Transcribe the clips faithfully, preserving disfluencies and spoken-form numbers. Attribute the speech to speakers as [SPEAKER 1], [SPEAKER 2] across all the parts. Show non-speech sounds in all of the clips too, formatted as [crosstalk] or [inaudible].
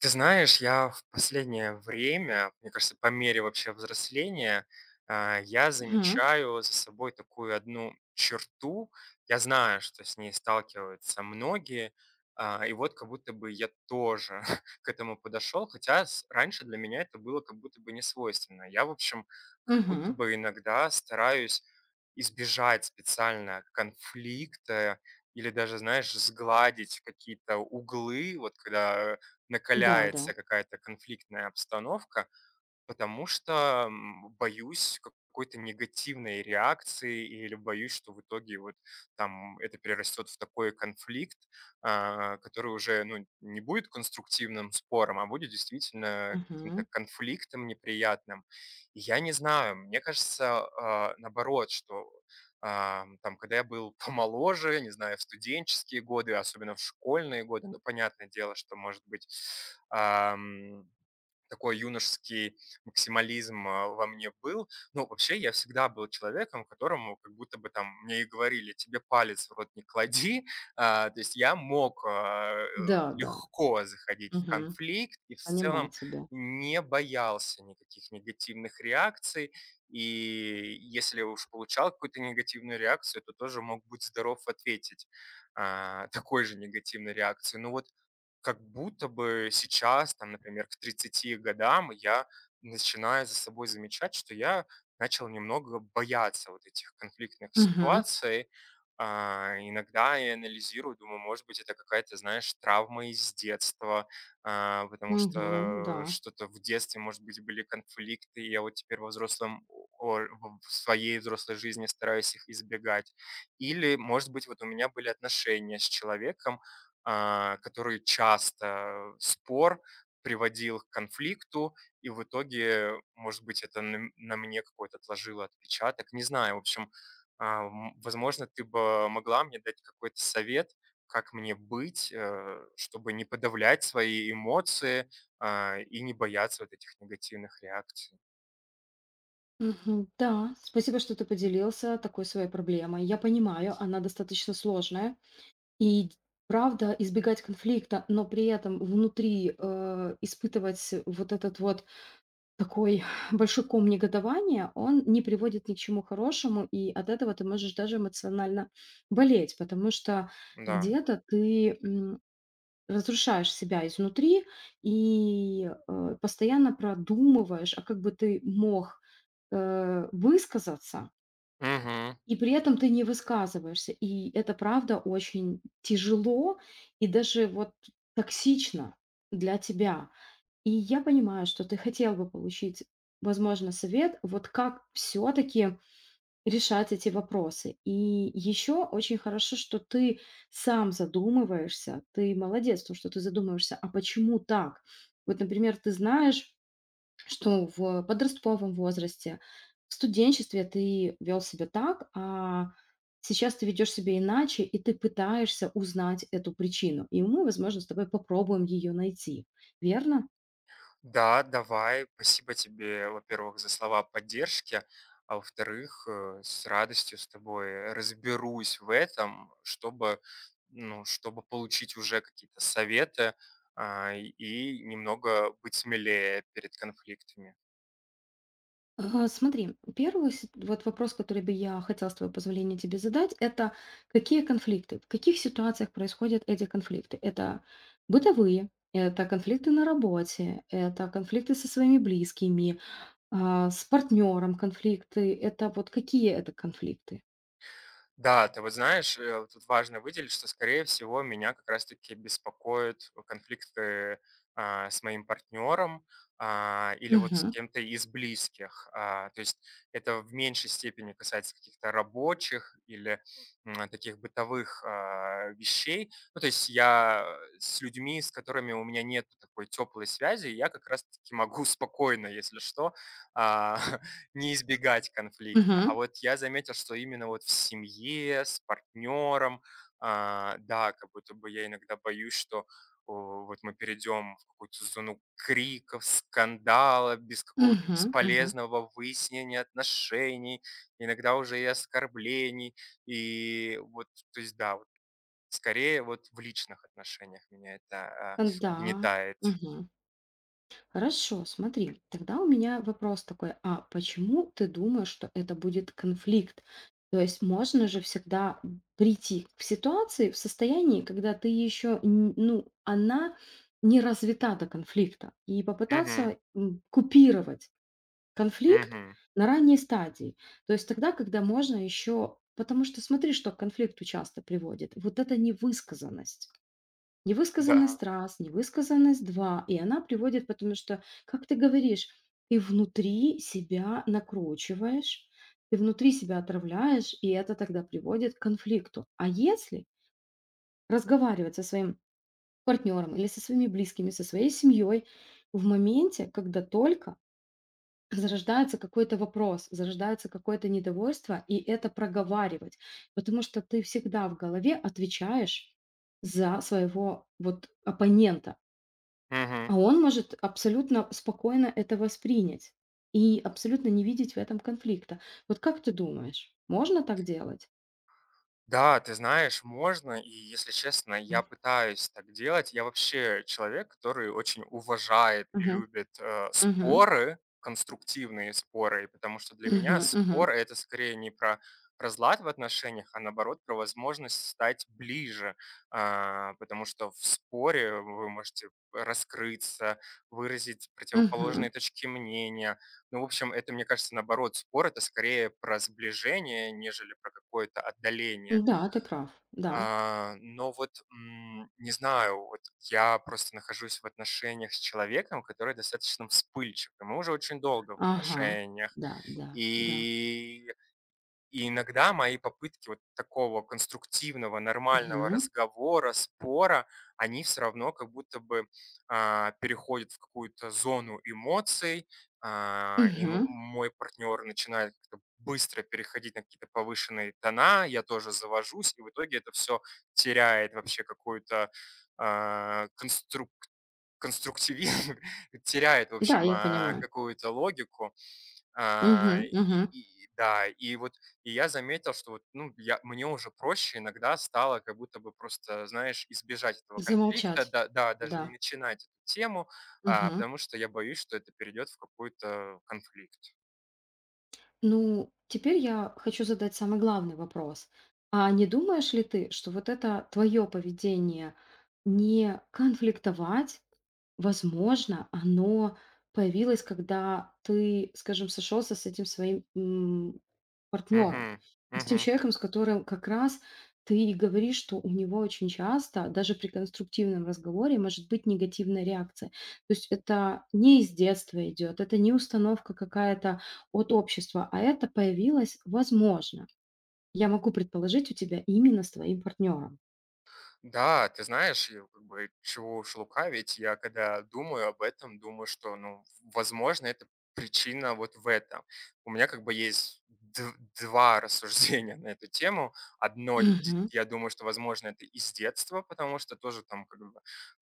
[SPEAKER 1] Ты знаешь, я в последнее время, мне кажется, по мере вообще взросления, а, я
[SPEAKER 2] Мгм,
[SPEAKER 1] замечаю за собой такую одну черту. Я знаю, что с ней сталкиваются многие, а, и вот как будто бы я тоже [laughs] к этому подошел, хотя с- раньше для меня это было как будто бы не свойственно. Я, в общем, как будто
[SPEAKER 2] мгм.
[SPEAKER 1] бы иногда стараюсь избежать специально конфликта или даже, знаешь, сгладить какие-то углы, вот когда э,
[SPEAKER 2] Да, да.
[SPEAKER 1] накаляется какая-то конфликтная обстановка. Потому что, м, боюсь какой-то негативной реакции или боюсь, что в итоге вот там это перерастет в такой конфликт, а, который уже, ну, не будет конструктивным спором, а будет действительно
[SPEAKER 2] Мгм.
[SPEAKER 1] каким-то конфликтом неприятным. И я не знаю, мне кажется, а, наоборот, что, ам, там, когда я был [laughs] помоложе, не знаю, в студенческие годы, особенно в школьные годы, ну, понятное дело, что, может быть, ам, такой юношеский максимализм, а, во мне был. Ну, вообще, я всегда был человеком, которому как будто бы там мне и говорили: "Тебе палец в рот не клади". [laughs] А, то есть я мог, а, э,
[SPEAKER 2] Да, да.
[SPEAKER 1] легко заходить в
[SPEAKER 2] Мгм.
[SPEAKER 1] конфликт и в
[SPEAKER 2] Понимаю
[SPEAKER 1] целом
[SPEAKER 2] тебя.
[SPEAKER 1] не боялся никаких негативных реакций. И если уж получал какую-то негативную реакцию, то тоже мог быть здоров ответить, а, такой же негативной реакции. Ну вот как будто бы сейчас, там, например, к тридцати годам я начинаю за собой замечать, что я начал немного бояться вот этих конфликтных
[SPEAKER 2] Мгм,
[SPEAKER 1] ситуаций. А, иногда я анализирую, думаю, может быть, это какая-то, знаешь, травма из детства, а, потому
[SPEAKER 2] мгм. Ну да.
[SPEAKER 1] что что-то в детстве, может быть, были конфликты, и я вот теперь во взрослом, о- в своей взрослой жизни стараюсь их избегать. Или, может быть, вот у меня были отношения с человеком, а, который часто спор приводил к конфликту, и в итоге, может быть, это на на мне какой-то отложило отпечаток, не знаю. В общем, а, м, возможно, ты бы могла мне дать какой-то совет, как мне быть, э, чтобы не подавлять свои эмоции, а, и не бояться вот этих негативных реакций.
[SPEAKER 2] Мгм. Да, спасибо, что ты поделился такой своей проблемой. Я понимаю, она достаточно сложная. И правда, избегать конфликта, но при этом внутри э, испытывать вот этот вот такой [laughs] [sighs] большой ком негодования, он не приводит ни к чему хорошему, и от этого ты можешь даже эмоционально болеть, потому что
[SPEAKER 1] Да.
[SPEAKER 2] где-то ты разрушаешь себя изнутри и, э, постоянно продумываешь, а как бы ты мог, э, высказаться,
[SPEAKER 1] Мгм.
[SPEAKER 2] и при этом ты не высказываешься. И это правда очень тяжело и даже вот токсично для тебя. И я понимаю, что ты хотел бы получить, возможно, совет, вот как все таки решать эти вопросы. И еще очень хорошо, что ты сам задумываешься, ты молодец, то, что ты задумываешься, а почему так? Вот, например, ты знаешь, что в подростковом возрасте, в студенчестве ты вел себя так, а сейчас ты ведешь себя иначе, и ты пытаешься узнать эту причину. И мы, возможно, с тобой попробуем ее найти. Верно?
[SPEAKER 1] Да, давай. Спасибо тебе, во-первых, за слова поддержки, а во-вторых, э, с радостью с тобой разберусь в этом, чтобы, ну, чтобы получить уже какие-то советы, а, и и немного быть смелее перед конфликтами.
[SPEAKER 2] Ага, смотри, первый си- вот вопрос, который бы я хотела с твоего позволения тебе задать, это какие конфликты, в каких ситуациях происходят эти конфликты? Это бытовые, это конфликты на работе, это конфликты со своими близкими, а, с партнером конфликты, это вот какие это конфликты?
[SPEAKER 1] Да, ты вот знаешь, э, вот тут важно выделить, что, скорее всего, меня как раз-таки беспокоят конфликты а, с моим партнером а, или вот с
[SPEAKER 2] Мгм.
[SPEAKER 1] кем-то из близких. А, то есть это в меньшей степени касается каких-то рабочих или м, таких бытовых а, вещей. Ну, то есть я с людьми, с которыми у меня нет такой теплой связи, я как раз-таки могу [laughs] спокойно, если что, а, не избегать конфликта. А
[SPEAKER 2] Мгм.
[SPEAKER 1] вот я заметил, что именно вот в семье, с партнером, а, да, как будто бы я иногда боюсь, что о, вот мы перейдем в какую-то зону криков, скандала, без какого-то
[SPEAKER 2] Мгм. Мгм.
[SPEAKER 1] бесполезного выяснения отношений, иногда уже и оскорблений. И вот, то есть, да, вот скорее вот в личных отношениях меня это а,
[SPEAKER 2] Э, Да.
[SPEAKER 1] угнетает.
[SPEAKER 2] Мгм. Хорошо, смотри, тогда у меня вопрос такой, а почему ты думаешь, что это будет конфликт? То есть можно же всегда прийти к ситуации в состоянии, когда ты еще, ну, она не развита до конфликта, и
[SPEAKER 1] Мгм.
[SPEAKER 2] попытаться м, купировать конфликт
[SPEAKER 1] Мгм.
[SPEAKER 2] на ранней стадии. То есть тогда, когда можно еще, потому что смотри, что к конфликту часто приводит, вот эта невысказанность.
[SPEAKER 1] Да.
[SPEAKER 2] Невысказанность- раз, невысказанность- два. И она приводит, потому что, как ты говоришь, ты внутри себя накручиваешь, ты внутри себя отравляешь, и это тогда приводит к конфликту. А если разговаривать со своим партнером или со своими близкими, со своей семьей в моменте, когда только зарождается какой-то вопрос, зарождается какое-то недовольство, и это проговаривать, потому что ты всегда в голове отвечаешь за своего вот оппонента,
[SPEAKER 1] Мгм.
[SPEAKER 2] а он может абсолютно спокойно это воспринять и абсолютно не видеть в этом конфликта. Вот как ты думаешь, можно так делать?
[SPEAKER 1] Да, ты знаешь, можно, и если честно, я пытаюсь так делать. Я вообще человек, который очень уважает и
[SPEAKER 2] Мгм.
[SPEAKER 1] любит э,
[SPEAKER 2] Мгм.
[SPEAKER 1] споры, конструктивные споры, потому что для
[SPEAKER 2] Мгм.
[SPEAKER 1] меня спор
[SPEAKER 2] Мгм.
[SPEAKER 1] это скорее не про разлад в отношениях, а наоборот про возможность стать ближе, А, потому что в споре вы можете раскрыться, выразить противоположные
[SPEAKER 2] Мгм.
[SPEAKER 1] точки мнения, ну, в общем, это, мне кажется, наоборот, спор это скорее про сближение, нежели про какое-то отдаление.
[SPEAKER 2] Да, ты прав. Да.
[SPEAKER 1] А, но вот, м, не знаю, вот я просто нахожусь в отношениях с человеком, который достаточно вспыльчив, и мы уже очень долго в
[SPEAKER 2] Ага.
[SPEAKER 1] отношениях.
[SPEAKER 2] Да, да, да.
[SPEAKER 1] И и иногда мои попытки вот такого конструктивного, нормального
[SPEAKER 2] Мгм.
[SPEAKER 1] разговора, спора, они все равно как будто бы, а, переходят в какую-то зону эмоций, а, и м
[SPEAKER 2] Мгм.
[SPEAKER 1] мой партнер начинает как-то быстро переходить на какие-то повышенные тона, я тоже завожусь, и в итоге это все теряет вообще какую-то, а, конструк конструктивизм, [laughs] теряет, в
[SPEAKER 2] Да,
[SPEAKER 1] общем,
[SPEAKER 2] я
[SPEAKER 1] а,
[SPEAKER 2] понимаю.
[SPEAKER 1] какую-то логику. А,
[SPEAKER 2] Мгм.
[SPEAKER 1] и
[SPEAKER 2] Мгм.
[SPEAKER 1] и да, и вот и я заметил, что вот, ну, я мне уже проще иногда стало как будто бы просто, знаешь, избежать этого конфликта,
[SPEAKER 2] Замолчать.
[SPEAKER 1] да, да, даже не
[SPEAKER 2] Да.
[SPEAKER 1] начинать эту тему, а,
[SPEAKER 2] Мгм.
[SPEAKER 1] потому что я боюсь, что это перейдет в какой-то конфликт.
[SPEAKER 2] Ну, теперь я хочу задать самый главный вопрос. А не думаешь ли ты, что вот это твое поведение не конфликтовать, возможно, оно появилось, когда ты, скажем, сошелся с этим своим м, партнером,
[SPEAKER 1] Мгм.
[SPEAKER 2] с тем
[SPEAKER 1] Мгм.
[SPEAKER 2] человеком, с которым как раз ты и говоришь, что у него очень часто, даже при конструктивном разговоре, может быть негативная реакция. То есть это не из детства идет, это не установка какая-то от общества, а это появилось, возможно, я могу предположить, у тебя именно с твоим партнером.
[SPEAKER 1] Да, ты знаешь, я как бы чего уж лукавить, я когда думаю об этом, думаю, что, ну, возможно, это причина вот в этом. У меня как бы есть д- два [laughs] рассуждения на эту тему. Одно, д-
[SPEAKER 2] Мгм.
[SPEAKER 1] я думаю, что, возможно, это из детства, потому что тоже там как бы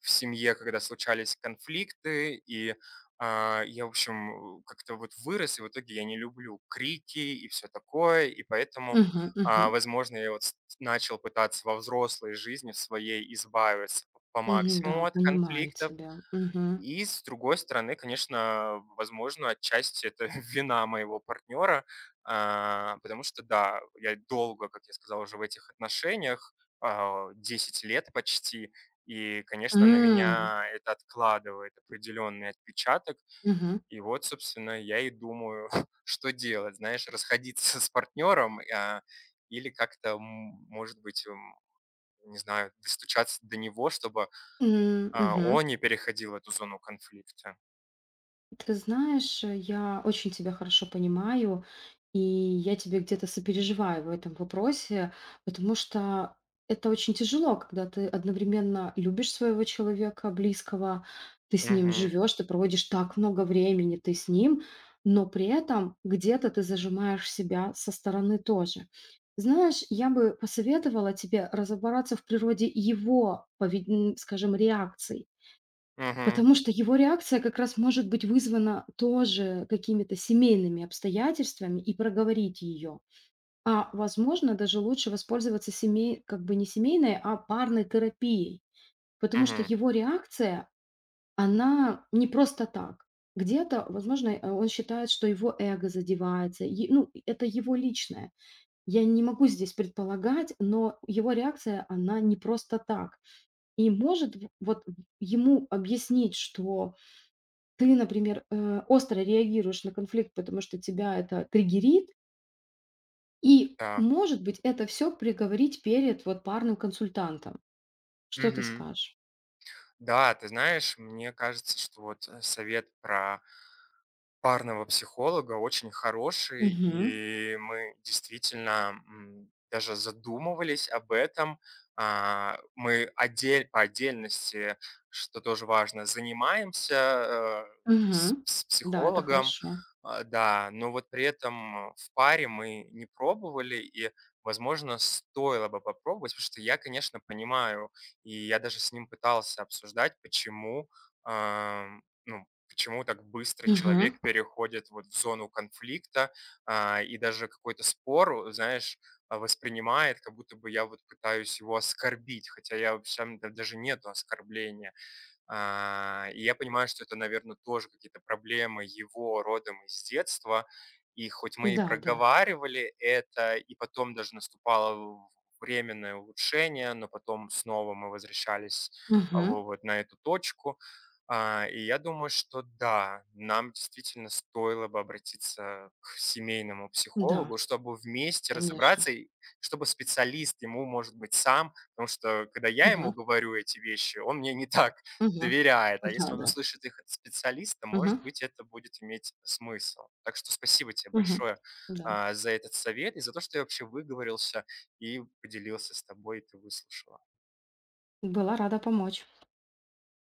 [SPEAKER 1] в семье, когда случались конфликты, и а, я, в общем, как-то вот вырос, и в итоге я не люблю крики и все такое, и поэтому
[SPEAKER 2] Мгм.
[SPEAKER 1] а,
[SPEAKER 2] Мгм.
[SPEAKER 1] возможно, я вот с начал пытаться во взрослой жизни в своей избавиться по
[SPEAKER 2] Мгм. Да,
[SPEAKER 1] максимуму от
[SPEAKER 2] понимаю
[SPEAKER 1] конфликтов.
[SPEAKER 2] тебя. Мгм.
[SPEAKER 1] И, с другой стороны, конечно, возможно, отчасти это [laughs] вина моего партнера, а, потому что, да, я долго, как я сказал, уже в этих отношениях, а, десять лет почти, и, конечно, на
[SPEAKER 2] М.
[SPEAKER 1] меня это откладывает определенный отпечаток.
[SPEAKER 2] Мгм.
[SPEAKER 1] И вот, собственно, я и думаю, [laughs] что делать, знаешь, расходиться с партнером, а, или как-то, м, может быть, м, не знаю, достучаться до него, чтобы,
[SPEAKER 2] М.
[SPEAKER 1] а,
[SPEAKER 2] Мгм.
[SPEAKER 1] он не переходил эту зону конфликта.
[SPEAKER 2] Ты знаешь, э, я очень тебя хорошо понимаю, и я тебе где-то сопереживаю в этом вопросе, потому что это очень тяжело, когда ты одновременно любишь своего человека близкого, ты с ним
[SPEAKER 1] Мгм.
[SPEAKER 2] живешь, ты проводишь так много времени, ты с ним, но при этом где-то ты зажимаешь себя со стороны тоже. Знаешь, я бы посоветовала тебе разобраться в природе его, повед- м, скажем, реакций.
[SPEAKER 1] Мгм.
[SPEAKER 2] Потому что его реакция как раз может быть вызвана тоже какими-то семейными обстоятельствами и проговорить ее. А возможно, даже лучше воспользоваться семей, как бы не семейной, а парной терапией. Потому что
[SPEAKER 1] Мгм.
[SPEAKER 2] его реакция, она не просто так. Где-то, возможно, э, он считает, что его эго задевается. е- Ну, это его личное. Я не могу здесь предполагать, но его реакция, она не просто так. И может в- вот ему объяснить, что ты, например, э, остро реагируешь на конфликт, потому что тебя это триггерит, и,
[SPEAKER 1] Да.
[SPEAKER 2] может быть, это все приговорить перед вот парным консультантом. Что ты
[SPEAKER 1] Мгм.
[SPEAKER 2] скажешь?
[SPEAKER 1] Да, ты знаешь, мне кажется, что вот, э, совет про парного психолога очень хороший,
[SPEAKER 2] Мгм.
[SPEAKER 1] и мы действительно, м, даже задумывались об этом. А, мы отдель по отдельности, что тоже важно, занимаемся, э, с
[SPEAKER 2] Мгм.
[SPEAKER 1] с
[SPEAKER 2] Да, это
[SPEAKER 1] психологом,
[SPEAKER 2] хорошо.
[SPEAKER 1] а, да, но вот при этом в паре мы не пробовали, и, возможно, стоило бы попробовать, потому что я, конечно, понимаю, и я даже с ним пытался обсуждать, почему, ам, ну, почему так быстро
[SPEAKER 2] Мгм.
[SPEAKER 1] человек переходит вот в зону конфликта а, и даже какой-то спор, знаешь, а, воспринимает, как будто бы я вот пытаюсь его оскорбить, хотя я вообще даже нету оскорбления. А, и я понимаю, что это, наверное, тоже какие-то проблемы его родом из детства. И хоть мы и
[SPEAKER 2] Да, да.
[SPEAKER 1] проговаривали это, и потом даже наступало временное улучшение, но потом снова мы возвращались а,
[SPEAKER 2] Мгм.
[SPEAKER 1] во- вот на эту точку. А, И я думаю, что да, нам действительно стоило бы обратиться к семейному
[SPEAKER 2] Да,
[SPEAKER 1] психологу, чтобы вместе
[SPEAKER 2] конечно.
[SPEAKER 1] разобраться, и чтобы специалист ему, может быть, сам, потому что когда я
[SPEAKER 2] Мгм.
[SPEAKER 1] ему говорю эти вещи, он мне не [laughs] так
[SPEAKER 2] Мгм.
[SPEAKER 1] доверяет, а
[SPEAKER 2] Да,
[SPEAKER 1] если он
[SPEAKER 2] да.
[SPEAKER 1] услышит их от специалиста, может
[SPEAKER 2] Мгм.
[SPEAKER 1] быть, это будет иметь смысл. Так что спасибо тебе
[SPEAKER 2] Мгм.
[SPEAKER 1] большое,
[SPEAKER 2] Да.
[SPEAKER 1] а, за этот совет и за то, что я вообще выговорился и поделился с тобой, и ты выслушала.
[SPEAKER 2] Была рада помочь.